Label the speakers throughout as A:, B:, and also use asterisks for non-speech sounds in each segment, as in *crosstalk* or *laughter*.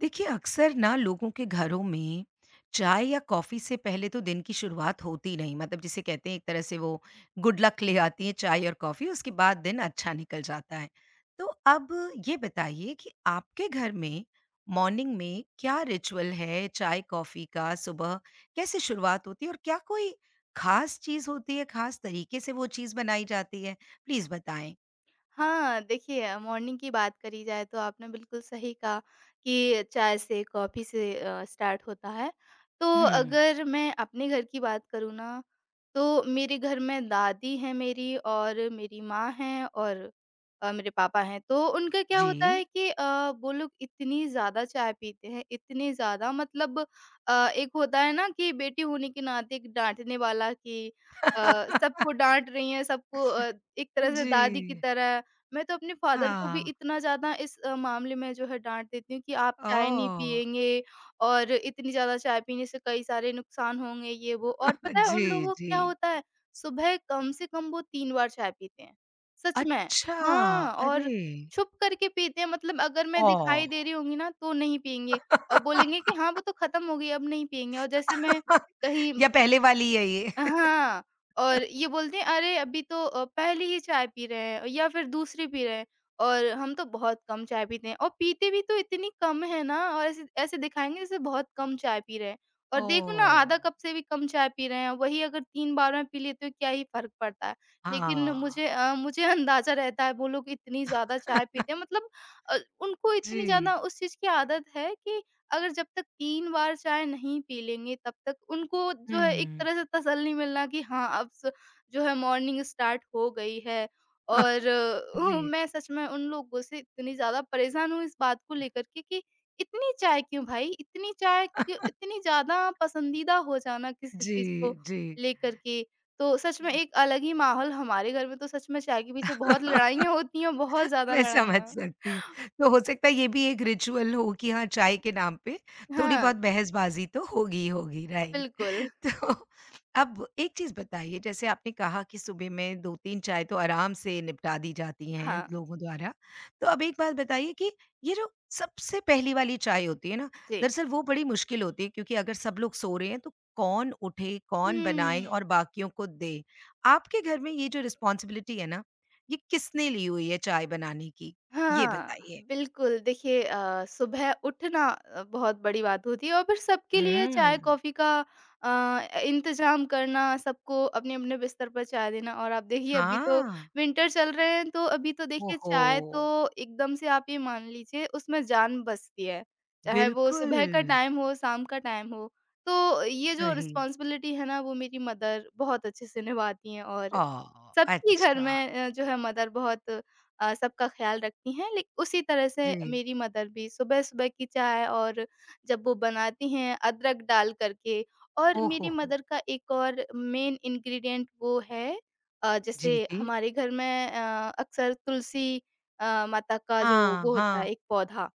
A: देखिए, अक्सर ना लोगों के घरों में चाय या कॉफ़ी से पहले तो दिन की शुरुआत होती नहीं मतलब जिसे कहते हैं एक तरह से वो गुड लक ले आती है चाय और कॉफ़ी, उसके बाद दिन अच्छा निकल जाता है। तो अब ये बताइए कि आपके घर में मॉर्निंग में क्या रिचुअल है चाय कॉफ़ी का? सुबह कैसे शुरुआत होती है और क्या कोई ख़ास चीज़ होती है, ख़ास तरीके से वो चीज़ बनाई जाती है? प्लीज़ बताएँ।
B: हाँ, देखिए मॉर्निंग की बात करी जाए तो आपने बिल्कुल सही कहा कि चाय से, कॉफ़ी से स्टार्ट होता है। तो
A: हुँ,
B: अगर मैं अपने घर की बात करूँ ना, तो मेरे घर में दादी हैं मेरी और मेरी माँ हैं और मेरे पापा हैं। तो उनका क्या होता
A: जी।
B: है कि वो लोग इतनी ज़्यादा चाय पीते हैं, इतनी ज़्यादा मतलब एक होता है ना कि बेटी होने के नाते एक डाँटने वाला कि अ, सबको
A: *laughs*
B: डाँट रही हैं, सबको एक तरह से दादी की
A: जी,
B: तरह मैं तो अपने फादर को भी
A: हाँ।
B: इतना ज़्यादा इस मामले में जो है डाँट देती हूँ कि आप चाय नहीं
A: ओह!
B: पिएँगे और इतनी ज़्यादा चाय पीने से कई सारे नुकसान होंगे, ये वो और पता है उन
A: जी,
B: लोगों को
A: जी।
B: क्या होता है, सुबह कम से कम वो 3 बार चाय पीते हैं। सच में।
A: अच्छा!
B: हाँ, और
A: अरे!
B: छुप करके पीते हैं मतलब अगर मैं दिखाई
A: ओह!
B: दे रही होंगी ना तो नहीं पिएँगे और बोलेंगे कि
A: *laughs*
B: हाँ, वो तो खत्म हो गई अब नहीं पिएँगे और जैसे ही मैं कहीं
A: या पहले वाली है ये?
B: हाँ, और ये बोलते हैं अरे अभी तो पहली ही चाय पी रहे हैं या फिर दूसरी पी रहे हैं और हम तो बहुत कम चाय पीते हैं और पीते भी तो इतनी कम है ना और ऐसे ऐसे दिखाएँगे जैसे बहुत कम चाय पी रहे हैं और देखो ना आधा
A: ओह!
B: कप से भी कम चाय पी रहे हैं, वही अगर 3 बार में पी लेते हो क्या ही फ़र्क पड़ता है। लेकिन
A: हाँ।
B: मुझे *laughs* अंदाज़ा रहता है वो लोग इतनी ज़्यादा चाय
A: *laughs*
B: पीते हैं मतलब उनको इतनी
A: जी।
B: ज़्यादा उस चीज़ की आदत है कि अगर जब तक 3 बार चाय नहीं पी लेंगे तब तक उनको जो है एक
A: हुँ।
B: तरह से तसल्ली मिलना कि हाँ, अब स जो है मॉर्निंग स्टार्ट हो गई है। और
A: *laughs*
B: *laughs*
A: जी,
B: मैं सच में उन लोगों से इतनी ज़्यादा परेशान हूँ इस बात को लेकर के कि इतनी चाय क्यों भाई? इतनी चाय क्यों इतनी ज़्यादा पसंदीदा हो जाना किसी
A: जी,
B: चीज़ को
A: जी।
B: लेकर के। तो सच में एक अलग ही माहौल हमारे घर में तो सच में चाय के पीछे बहुत
A: *laughs*
B: लड़ाइयाँ होती हैं, बहुत ज़्यादा
A: मैं समझ
B: लड़ाइयाँ।
A: सकती हूँ। तो हो सकता है ये भी एक रिचुअल हो कि हाँ, चाय के नाम पे थोड़ी
B: हाँ,
A: बहुत बहसबाज़ी तो होगी ही होगी, राइट?
B: बिल्कुल।
A: *laughs* तो अब एक चीज़ बताइए, जैसे आपने कहा कि सुबह में 2-3 चाय तो आराम से निपटा दी जाती हैं
B: हाँ,
A: लोगों द्वारा। तो अब एक बात बताइए कि ये जो सबसे पहली वाली चाय होती है ना,
B: जी।
A: दरअसल वो बड़ी मुश्किल होती है क्योंकि अगर सब लोग सो रहे हैं तो कौन उठे, कौन बनाए
B: हुँ।
A: और बाकियों को दे? आपके घर में ये जो रिस्पॉन्सिबिलिटी है ना ये किसने ली हुई है चाय बनाने की? ये
B: हाँ,
A: बताइए।
B: बिल्कुल देखिए सुबह उठना बहुत बड़ी बात होती है और फिर सबके लिए
A: हुँ।
B: चाय-कॉफ़ी का इंतज़ाम करना, सबको अपने-अपने बिस्तर पर चाय देना और आप देखिए अभी तो
A: हाँ।
B: विंटर चल रहे हैं, तो अभी तो देखिए
A: ओहो!
B: चाय तो एकदम से आप ये मान लीजिए उसमें जान बसती है। चाहे वो
A: बिल्कुल,
B: सुबह का टाइम हो, शाम का टाइम हो, तो ये जो
A: सही।
B: रिस्पॉन्सिबिलिटी है ना, वो मेरी मदर बहुत अच्छे से निभाती हैं और
A: ओह!
B: सबके घर
A: अच्छा,
B: में जो है मदर बहुत सबका ख़्याल रखती हैं लेक उसी तरह से
A: जी।
B: मेरी मदर भी सुबह-सुबह की चाय और जब वो बनाती हैं अदरक डाल कर के और
A: ओहो
B: मेरी
A: हो!
B: मदर का एक और मेन इंग्रीडिएंट वो है
A: जी,
B: जैसे
A: जी।
B: हमारे घर में अक्सर तुलसी माता का जो
A: हाँ,
B: वो होता है
A: हाँ।
B: एक पौधा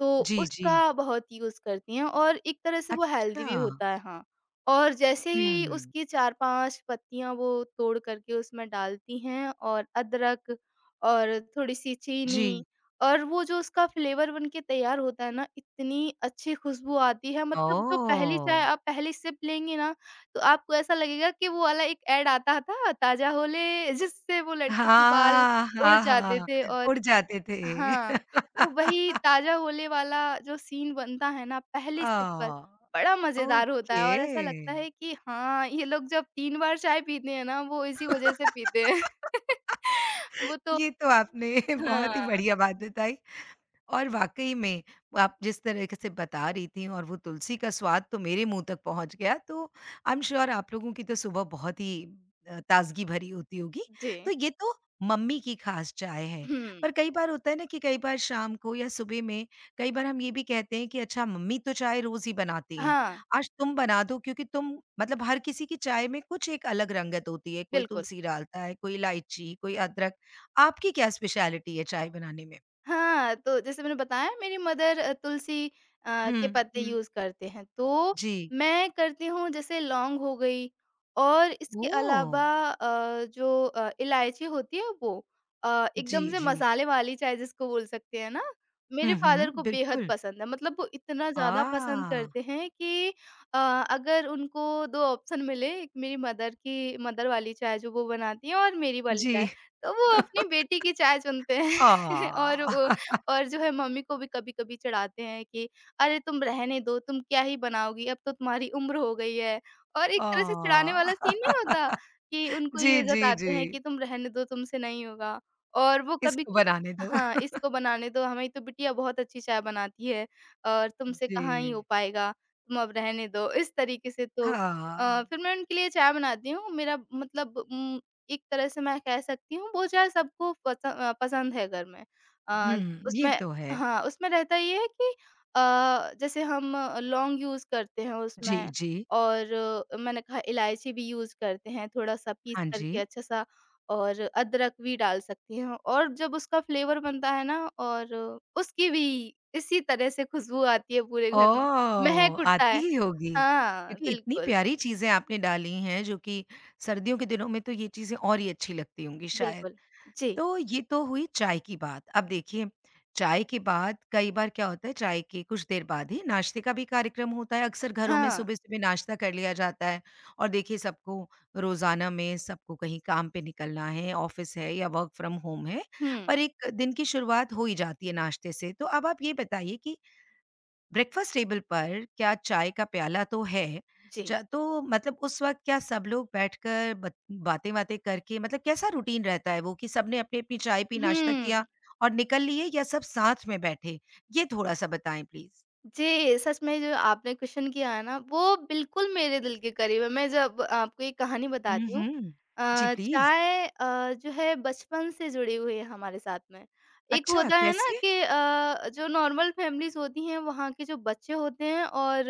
B: तो
A: जी, जी।
B: उसका बहुत यूज़ करती हैं और एक तरह से वो हेल्दी
A: अच्छा।
B: भी होता है, हाँ। और जैसे ही
A: हुँ,
B: उसकी 4-5 पत्तियाँ वो तोड़ कर के उसमें डालती हैं और अदरक और थोड़ी-सी चीनी
A: जी।
B: और वो जो उसका फ्लेवर बन के तैयार होता है ना, इतनी अच्छी खुशबू आती है मतलब जो पहली चाय
A: ओह!
B: आप पहली सिप लेंगी ना, तो आपको ऐसा लगेगा कि वो वाला एक ऐड आता था, ताज़ा होले जिससे वो लड़की के बाल
A: हाँ,
B: उड़
A: हाँ,
B: जाते
A: हाँ।
B: थे और
A: उड़ जाते थे।
B: हाँ, तो वही
A: *laughs*
B: ताज़ा ओले वाला जो सीन बनता है ना पहली सिप पर,
A: आह!
B: बड़ा मज़ेदार होता है
A: ओके।
B: और ऐसा लगता है कि हाँ, ये लोग जब 3 बार चाय पीते हैं ना, वो इसी वज़ह से पीते
A: *laughs*
B: हैं। *laughs*
A: *laughs*
B: वो तो
A: ये तो आपने *laughs*
B: हाँ,
A: बहुत ही बढ़िया बात बताई। और वाक़ई में वो आप जिस तरीके से बता रही थीं और वो तुलसी का स्वाद तो मेरे मुँह तक पहुँच गया, तो आई एम श्योर आप लोगों की तो सुबह बहुत ही ताज़गी भरी होती होगी।
B: जी।
A: तो ये तो मम्मी की ख़ास चाय है,
B: हुँ,
A: पर कई बार होता है ना कि कई बार शाम को या सुबह में कई बार हम ये भी कहते हैं कि अच्छा मम्मी तो चाय रोज़ ही बनाती हैं,
B: हाँ,
A: आज तुम बना दो क्योंकि तुम मतलब हर किसी की चाय में कुछ एक अलग रंगत होती है, कोई
B: बिल्कुल।
A: तुलसी डालता है, कोई इलायची, कोई अदरक। आपकी क्या स्पेशलिटी है चाय बनाने में?
B: हाँ, तो जैसे मैंने बताया मेरी मदर तुलसी के पत्ते
A: हुँ।
B: यूज़ करते हैं, तो
A: जी।
B: मैं करती हूँ जैसे लौंग हो गई और इसके
A: ओह!
B: अलावा इलायची होती है वो
A: जी,
B: एकदम से
A: जी।
B: मसाले वाली चाय जिसको बोल सकते हैं ना, मेरे
A: हुँ, हुँ,
B: फ़ादर को बेहद
A: बिल्कुल।
B: पसंद है। मतलब वो इतना ज़्यादा पसंद
A: आह!
B: करते हैं कि अ, अगर उनको 2 ऑप्शन मिले, एक मेरी मदर की मदर वाली चाय जो वो बनाती हैं और मेरी वाली
A: जी।
B: चाय, तो वो अपनी बेटी की चाय चुनते हैं। *laughs* और
A: आह!
B: वो
A: आह! *laughs*
B: और जो है मम्मी को भी कभी-कभी चिढ़ाते हैं कि, "अरे तुम रहने दो, तुम क्या ही बनाओगी, अब तो तुम्हारी उम्र हो गई है।" और एक तरह से चिढ़ाने वाला सीन नहीं होता
A: *laughs*
B: कि उनको
A: जी,
B: ये
A: जी,
B: जताते
A: जी।
B: हैं कि तुम रहने दो, तुमसे नहीं होगा। और वो कभी
A: इसको बनाने दो।
B: हाँ,
A: *laughs*
B: इसको बनाने दो, हमारी तो बिटिया बहुत अच्छी चाय बनाती है और तुमसे
A: जी।
B: कहाँ ही हो पाएगा, तुम अब रहने दो। इस तरीके से तो
A: हाँ।
B: फिर मैं उनके लिए चाय बनाती हूँ। मेरा मतलब एक तरह से मैं कह सकती हूँ वो चाय सबको पसंद है घर में। अ,
A: हुँ, ये
B: उसमें
A: तो है।
B: हाँ, उसमें रहता ये है कि जैसे हम लौंग यूज़ करते हैं
A: जी,
B: उसमें
A: जी।
B: और मैंने कहा इलायची भी यूज़ करते हैं थोड़ा-सा पीस
A: हाँ जी।
B: करके अच्छा-सा और अदरक भी डाल सकती हैं और जब उसका फ्लेवर बनता है ना और उसकी भी इसी तरह से खुशबू आती है पूरे घर में,
A: ओह!
B: महक उठता
A: आती
B: है।
A: ही होगी
B: हाँ,
A: क्योंकि इतनी
B: बिल्कुल,
A: प्यारी चीज़ें आपने डाली हैं जो कि सर्दियों के दिनों में तो ये चीज़ें और ही अच्छी लगती होंगी शायद।
B: बिल्कुल। जी,
A: तो ये तो हुई चाय की बात। अब देखिए, चाय के बाद कई बार क्या होता है चाय के कुछ देर बाद ही नाश्ते का भी कार्यक्रम होता है। अक्सर घरों में
B: हाँ।
A: सुबह-सुबह नाश्ता कर लिया जाता है और देखिए सबको रोज़ाना में सबको कहीं काम पे निकलना है, ऑफ़िस है या वर्क फ्रॉम होम है,
B: हुँ,
A: पर एक दिन की शुरुआत हो ही जाती है नाश्ते से। तो अब आप ये बताइए कि ब्रेकफास्ट टेबल पर क्या चाय का प्याला तो है
B: जी।
A: तो मतलब उस वक्त क्या सब लोग बैठकर बातें बातें करके मतलब कैसा रूटीन रहता है वो कि सबने अपनी अपनी चाय पी नाश्ता
B: हुँ।
A: किया और निकल लिए या सब साथ में बैठे ये थोड़ा सा बताएं प्लीज।
B: जी, सच में जो आपने क्वेश्चन किया है ना, वो बिल्कुल मेरे दिल के करीब है। मैं जब आपको एक कहानी बताती हूँ।
A: हम्म। जी
B: अ,
A: प्लीज।
B: चाय अ, जो है बचपन से जुड़ी हुई है हमारे साथ में। एक
A: अच्छा
B: होता है ना
A: कैसे?
B: कि जो नॉर्मल फैमिलीज़ होती हैं, वहाँ के जो बच्चे होते हैं और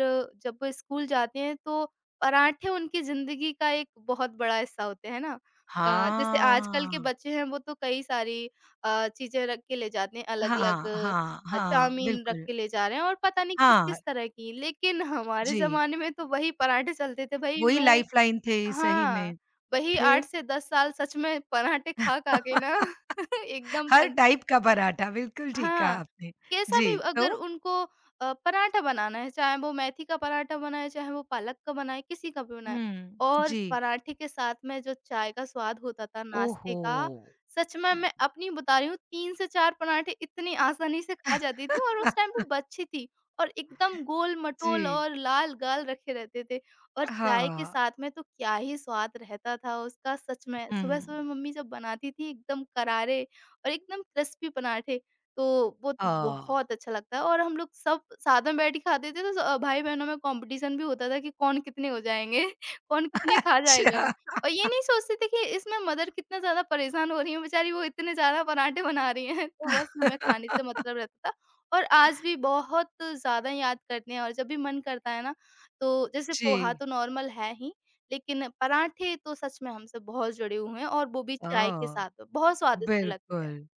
B: जब वो स्कूल जाते हैं, तो पराठे उनकी ज़िंदगी का एक बहुत बड़ा हिस्सा होते हैं, है ना? जैसे आजकल के
A: हाँ,
B: बच्चे हैं, वो तो कई सारी चीज़ें रख के ले जाते हैं अलग-अलग
A: हाँ, हाँ, हाँ,
B: चाउमीन रख
A: बिल्कुल।
B: के ले जा रहे हैं और पता नहीं
A: हाँ
B: किस-किस तरह की। लेकिन हमारे
A: जी।
B: ज़माने में तो वही पराठे चलते थे भई
A: वही
B: मैं
A: लाइफ लाइन थे सही
B: हाँ,
A: में।
B: वही 8
A: फिर?
B: से 10 साल सच में पराठे खा-खा के ना
A: *laughs*
B: *laughs* एकदम
A: हर
B: पन
A: टाइप का पराठा, बिल्कुल ठीक कहा
B: हाँ,
A: आपने।
B: कैसा भी
A: जी, तो?
B: अगर उनको पराठा बनाना है, चाहे वो मेथी का पराठा बनाए, चाहे वो पालक का बनाए, किसी का भी बनाए
A: हुँ,
B: और
A: जी।
B: पराठे के साथ में जो चाय का स्वाद होता था
A: ओहो!
B: नाश्ते का, सच
A: *laughs*
B: में
A: हुँ।
B: मैं अपनी बता रही हूँ 3 से 4 पराठे इतनी आसानी से खा जाती थी और उस टाइम पे बच्ची थी और एकदम गोल-मटोल
A: जी,
B: और लाल-गाल रखे रहते थे और चाय के
A: हाँ।
B: साथ में तो क्या ही स्वाद रहता था उसका सच में। सुबह-सुबह
A: हुँ।
B: मम्मी जब बनाती थी एकदम करारे और एकदम क्रिस्पी पराठे तो वो तो
A: ओह!
B: बहुत अच्छा लगता है और हम लोग सब साथ में बैठ के खाते थे, तो भाई-बहनों में कॉम्पिटिशन भी होता था कि कौन कितने हो जाएँगे, *laughs* कौन कितने
A: *laughs*
B: खा जाएगा।
A: अच्छा।
B: और ये नहीं सोचते थे कि इसमें मदर कितना ज़्यादा परेशान हो रही हैं बेचारी, वो इतने ज़्यादा पराठे बना रही हैं। तो बस हमें खाने से
A: *laughs*
B: मतलब रहता था और आज भी बहुत ज़्यादा याद करते हैं और जब भी मन करता है ना, तो जैसे
A: जी।
B: पोहा तो नॉर्मल है ही, लेकिन पराठे तो सच में हमसे बहुत जुड़े हुए हैं और वो भी चाय के
A: ओह!
B: साथ, बहुत स्वादिष्ट लगते हैं।
A: बिल्कुल।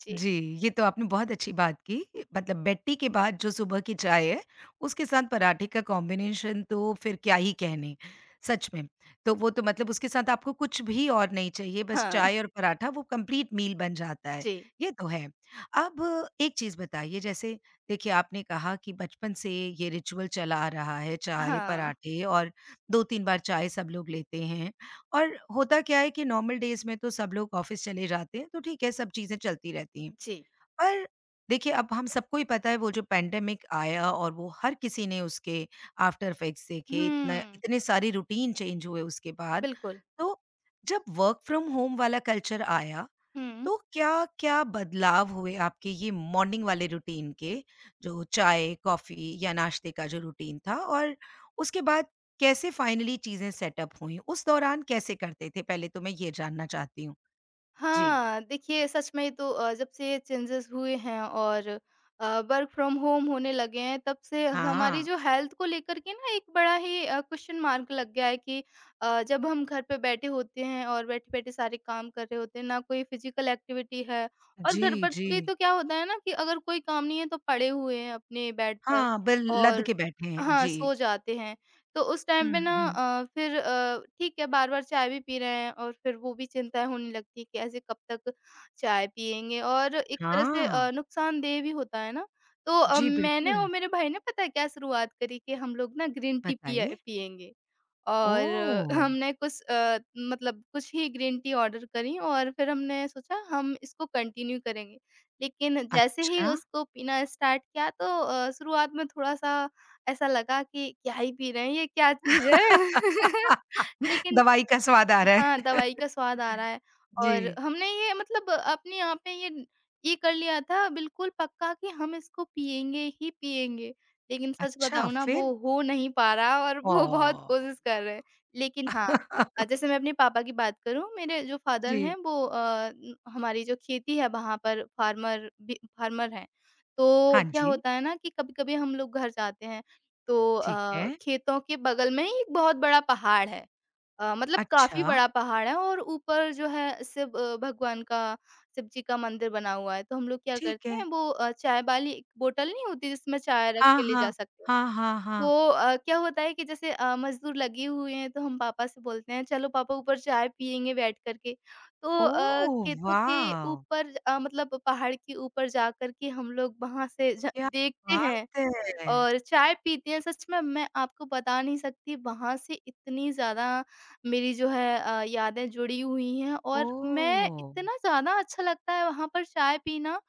B: जी।
A: जी, ये तो आपने बहुत अच्छी बात की। मतलब बेटी के बाद जो सुबह की चाय है, उसके साथ पराठे का कॉम्बिनेशन तो फिर क्या ही कहने, सच में। तो वो तो मतलब उसके साथ आपको कुछ भी और नहीं चाहिए, बस
B: हाँ,
A: चाय और पराठा वो कंप्लीट मील बन जाता है,
B: जी।
A: ये तो है। अब एक चीज़ बताइए जैसे देखिए आपने कहा कि बचपन से ये रिचुअल चला आ रहा है, चाय,
B: हाँ।
A: पराठे और 2-3 बार चाय सब लोग लेते हैं और होता क्या है कि नॉर्मल डेज़ में तो सब लोग ऑफ़िस चले जाते हैं, तो ठीक है सब चीज़ें चलती रहती हैं।
B: जी।
A: पर देखिए, अब हम सबको ही पता है वो जो पैंडेमिक आया और वो हर किसी ने उसके आफ्टर इफेक्ट्स देखे, इतना
B: हुँ,
A: इतने सारे रूटीन चेंज हुए उसके बाद।
B: बिल्कुल।
A: तो जब वर्क फ्रॉम होम वाला कल्चर आया,
B: हुँ।
A: तो क्या-क्या बदलाव हुए आपके ये मॉर्निंग वाले रूटीन के, जो चाय, कॉफ़ी या नाश्ते का जो रूटीन था? और उसके बाद कैसे फाइनली चीज़ें सेटअप हुईं? उस दौरान कैसे करते थे, पहले तो मैं ये जानना चाहती हूँ? जी।
B: हाँ, देखिए सच में तो जब से ये चेंजेज़ हुए हैं और वर्क फ्रॉम होम होने लगे हैं तब से हमारी
A: हाँ।
B: जो हेल्थ को लेकर के ना एक बड़ा ही क्वेश्चन मार्क लग गया है कि जब हम घर पे बैठे होते हैं और बैठे-बैठे सारे काम कर रहे होते हैं, ना कोई फिज़िकल एक्टिविटी है और
A: जी,
B: घर पर
A: जी।
B: भी तो क्या होता है ना कि अगर कोई काम नहीं है तो पड़े हुए हैं अपने बेड पर
A: हाँ, बिल लद
B: और
A: के बैठे हैं।
B: हाँ,
A: जी।
B: सो जाते हैं। तो उस टाइम पे
A: हुँ,
B: ना
A: हुँ।
B: फिर ठीक है बार-बार चाय भी पी रहे हैं और फिर वो भी चिंताएँ होने लगती हैं कि ऐसे कब तक चाय पिएँगे और एक तरह से
A: हाँ।
B: नुकसानदेह भी होता है ना। तो
A: जी,
B: मैंने और
A: बिल्कुल।
B: मेरे भाई ने पता है क्या शुरुआत करी कि हम लोग ना ग्रीन टी पिया
A: बताइए।
B: पिएँगे। और अ,
A: ओह!
B: हमने कुछ अ, मतलब कुछ ही ग्रीन टी ऑर्डर करी और फिर हमने सोचा हम इसको कंटिन्यू करेंगे। लेकिन जैसे ही
A: अच्छा।
B: उसको पीना स्टार्ट किया तो शुरुआत में थोड़ा-सा ऐसा लगा कि क्या ही पी रहे हैं ये, क्या चीज़ है? *laughs*
A: *laughs*
B: लेकिन
A: दवाई का स्वाद आ रहा है।
B: हाँ, दवाई का
A: *laughs*
B: स्वाद आ रहा है।
A: जी।
B: और हमने ये मतलब अपने आप में ये कर लिया था बिल्कुल पक्का कि हम इसको पिएँगे ही पिएँगे। लेकिन सच
A: अच्छा,
B: बताऊँ ना वो
A: फिर?
B: हो नहीं पा रहा और वो बहुत
A: ओह!
B: कोशिश कर रहे हैं। लेकिन हाँ,
A: *laughs*
B: जैसे मैं अपने पापा की बात करूँ, मेरे जो फादर हैं
A: जी।
B: वो हमारी जो खेती है वहाँ पर फार्मर भी फार्मर हैं। तो
A: हाँ
B: क्या
A: जी,
B: होता है ना कि कभी-कभी हम लोग घर जाते हैं तो
A: ठीक है।
B: खेतों के बगल में ही एक बहुत बड़ा पहाड़ है। मतलब
A: अच्छा,
B: काफ़ी बड़ा पहाड़ है, और ऊपर जो है शिव भगवान का शिव जी का मंदिर बना हुआ है। तो हम लोग क्या
A: ठीक
B: करते
A: है।
B: हैं वो चाय वाली एक बोतल नहीं होती जिसमें चाय रख
A: हाँ,
B: के ले जा
A: हाँ।
B: सकते हैं।
A: हाँ, हाँ,
B: तो
A: हाँ।
B: क्या होता है कि जैसे मज़दूर लगे हुए हैं, तो हम पापा से बोलते हैं चलो पापा ऊपर चाय पिएँगे बैठ कर के। तो
A: ओह,
B: खेतों के
A: वॉव!
B: ऊपर मतलब पहाड़ के ऊपर जाकर के हम लोग वहाँ से झ
A: क्या
B: देखते
A: बात
B: हैं।
A: है!
B: और चाय पीते हैं। सच में मैं आपको बता नहीं सकती वहाँ से इतनी ज़्यादा मेरी जो है यादें जुड़ी हुई हैं, और मैं
A: ओह!
B: इतना ज़्यादा अच्छा लगता है वहाँ पर चाय पीना।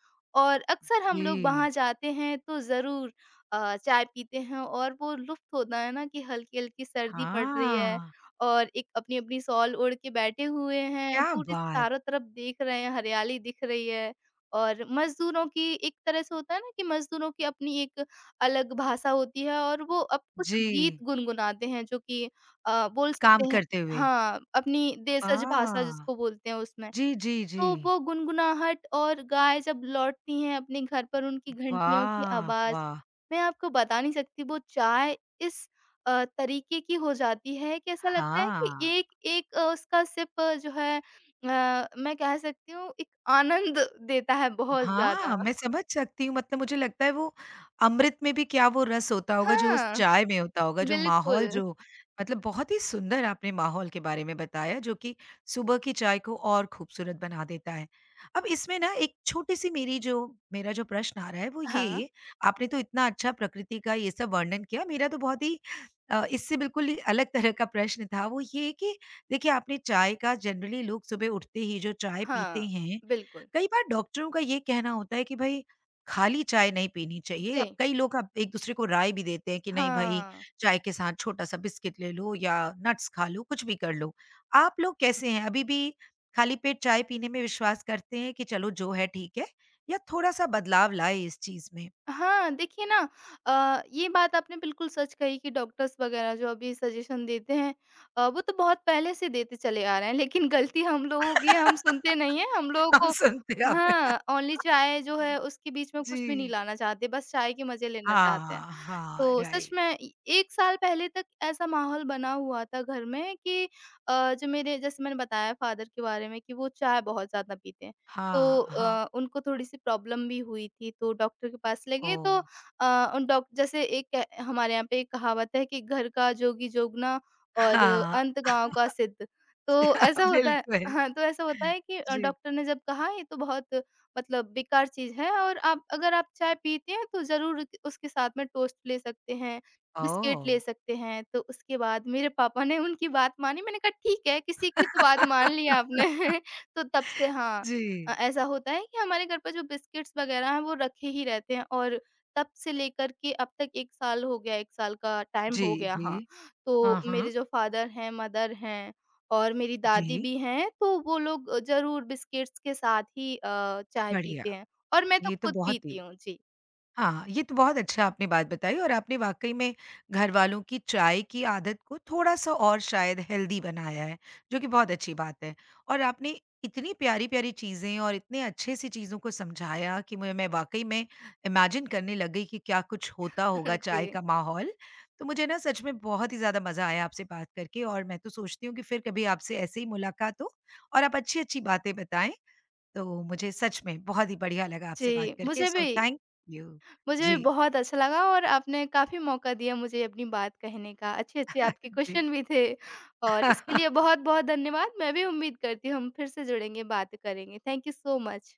B: और अक्सर हम लोग वहाँ
A: जी।
B: जाते हैं तो ज़रूर चाय पीते हैं, और वो लुफ्त होता है ना कि हल्की-हल्की सर्दी पड़ रही है,
A: हाँ।
B: और एक अपनी-अपनी शॉल ओढ़ के बैठे हुए हैं,
A: क्या
B: पूरे
A: बात!
B: चारों तरफ देख रहे हैं, हरियाली दिख रही है, और मज़दूरों की एक तरह से होता है ना कि मज़दूरों की अपनी एक अलग भाषा होती है, और वो अब कुछ गीत
A: जी,
B: गुनगुनाते हैं जो कि बोल
A: काम
B: सकते हैं।
A: करते हुए।
B: हाँ, अपनी देशज भाषा
A: आह!
B: जिसको बोलते हैं उसमें।
A: जी, जी, जी।
B: तो वो गुनगुनाहट, और गाय जब लौटती हैं अपने घर पर उनकी घंटियों की
A: वाह!
B: आवाज़,
A: वाह!
B: मैं आपको बता नहीं सकती वो चाय इस तरीके की हो जाती है कि ऐसा लगता है कि
A: हाँ।
B: एक-एक उसका सिप जो है मैं कह सकती हूँ एक आनंद देता है बहुत ज़्यादा।
A: हाँ, मैं समझ सकती हूँ मतलब मुझे लगता है वो अमृत में भी क्या वो रस होता होगा जो उस
B: हाँ,
A: चाय में होता होगा, जो माहौल
B: बिल्कुल।
A: जो मतलब बहुत ही सुंदर आपने माहौल के बारे में बताया जो कि सुबह की चाय को और खूबसूरत बना देता है। अब इसमें ना एक छोटी-सी मेरी जो मेरा जो प्रश्न आ रहा है वो
B: हाँ।
A: ये, आपने तो इतना अच्छा प्रकृति का ये सब वर्णन किया, मेरा तो बहुत ही इससे बिल्कुल ही अलग तरह का प्रश्न था वो ये कि देखिए आपने चाय का जनरली लोग सुबह उठते ही जो चाय
B: हाँ,
A: पीते हैं,
B: बिल्कुल।
A: कई बार डॉक्टरों का ये कहना होता है कि भाई खाली चाय नहीं पीनी चाहिए। अब
B: जी,
A: कई लोग अब एक-दूसरे को राय भी देते हैं कि नहीं भाई,
B: हाँ।
A: चाय के साथ छोटा-सा बिस्किट ले लो या नट्स खा लो, कुछ भी कर लो। आप लोग कैसे हैं? अभी भी खाली पेट चाय पीने में विश्वास करते हैं कि चलो जो है ठीक है या थोड़ा-सा बदलाव लाए इस चीज़ में?
B: हाँ, देखिए ना, ये बात आपने बिल्कुल सच कही कि डॉक्टर्स वगैरह जो अभी सजेशन देते हैं, वो तो बहुत पहले से देते चले आ रहे हैं, लेकिन गलती हम लोगों की है, हम
A: *laughs*
B: सुनते नहीं हैं। हम लोगों
A: हम
B: को
A: सुनते हैं आप।
B: हाँ,
A: *laughs*
B: ओनली चाय जो है उसके बीच में कुछ भी नहीं
A: जी।
B: लाना चाहते, बस चाय के मज़े लेना चाहते हैं।
A: हाँ, हाँ,
B: तो सच
A: राइट।
B: में इ 1 साल पहले तक ऐसा माहौल बना हुआ था घर में कि जो मेरे जैसे मैंने बताया फ़ादर के बारे में कि वो चाय बहुत ज़्यादा पीते हैं। तो
A: हाँ, हाँ,
B: उनको थोड़ी-सी प्रॉब्लम भी हुई थी, तो डॉक्टर के पास ले गए
A: ओह!
B: तो अ, उन डॉक जैसे एक हमारे यहाँ पे एक कहावत है कि घर का जोगी जोगना और
A: हाँ,
B: अंत गाँव का
A: *laughs*
B: सिद्ध। तो ऐसा होता है।
A: बिल्कुल।
B: हाँ, तो ऐसा होता है कि
A: जी।
B: डॉक्टर ने जब कहा ये तो बहुत मतलब बेकार चीज़ है, और आप अगर आप चाय पीते हैं तो ज़रूर उसके साथ में टोस्ट ले सकते हैं, बिस्किट
A: ओह!
B: ले सकते हैं। तो उसके बाद मेरे पापा ने उनकी बात मानी, मैंने कहा ठीक है, किसी की तो बात मान ली आपने।
A: *laughs*
B: *laughs* तो तब से हाँ,
A: जी।
B: ऐसा होता है कि हमारे घर पर जो बिस्किट्स वग़ैरह हैं वो रखे ही रहते हैं, और तब से लेकर के अब तक 1 साल हो गया, 1 साल का टाइम
A: जी,
B: हो गया हाँ।
A: जी।
B: तो
A: हाँ, हाँ।
B: मेरे जो फादर हैं, मदर हैं, और मेरी दादी
A: जी,
B: भी हैं, तो वो लोग ज़रूर बिस्किट्स के साथ ही चाय
A: बढ़िया।
B: पीते हैं, और मैं तो
A: ये तो
B: खुद
A: बहुत
B: पीती
A: ही
B: हूँ। जी।
A: हाँ, ये तो बहुत अच्छा आपने बात बताई और आपने वाक़ई में घरवालों की चाय की आदत को थोड़ा-सा और शायद हेल्दी बनाया है, जो कि बहुत अच्छी बात है। और आपने इतनी प्यारी-प्यारी चीज़ें और इतने अच्छे से चीज़ों को समझाया कि मुझे मैं वाक़ई में इमेजिन करने लग गई कि क्या कुछ होता होगा
B: *laughs*
A: चाय
B: जी।
A: का माहौल। तो मुझे ना सच में बहुत ही ज़्यादा मज़ा आया आपसे बात करके और मैं तो सोचती हूँ कि फिर कभी आपसे ऐसे ही मुलाकात हो और आप अच्छी-अच्छी बातें बताएँ। तो मुझे सच में बहुत ही बढ़िया लगा आपसे बात
B: जी,
A: करके, सो थैंक यू।
B: मुझे भी
A: जी।
B: बहुत अच्छा लगा, और आपने काफ़ी मौका दिया मुझे अपनी बात कहने का। अच्छे-अच्छे आपके
A: *laughs* जी।
B: क्वेश्चन भी थे, और इसके लिए
A: *laughs*
B: बहुत-बहुत धन्यवाद। मैं भी उम्मीद करती हूँ हम फिर से जुड़ेंगे, बात करेंगे। Thank you so much.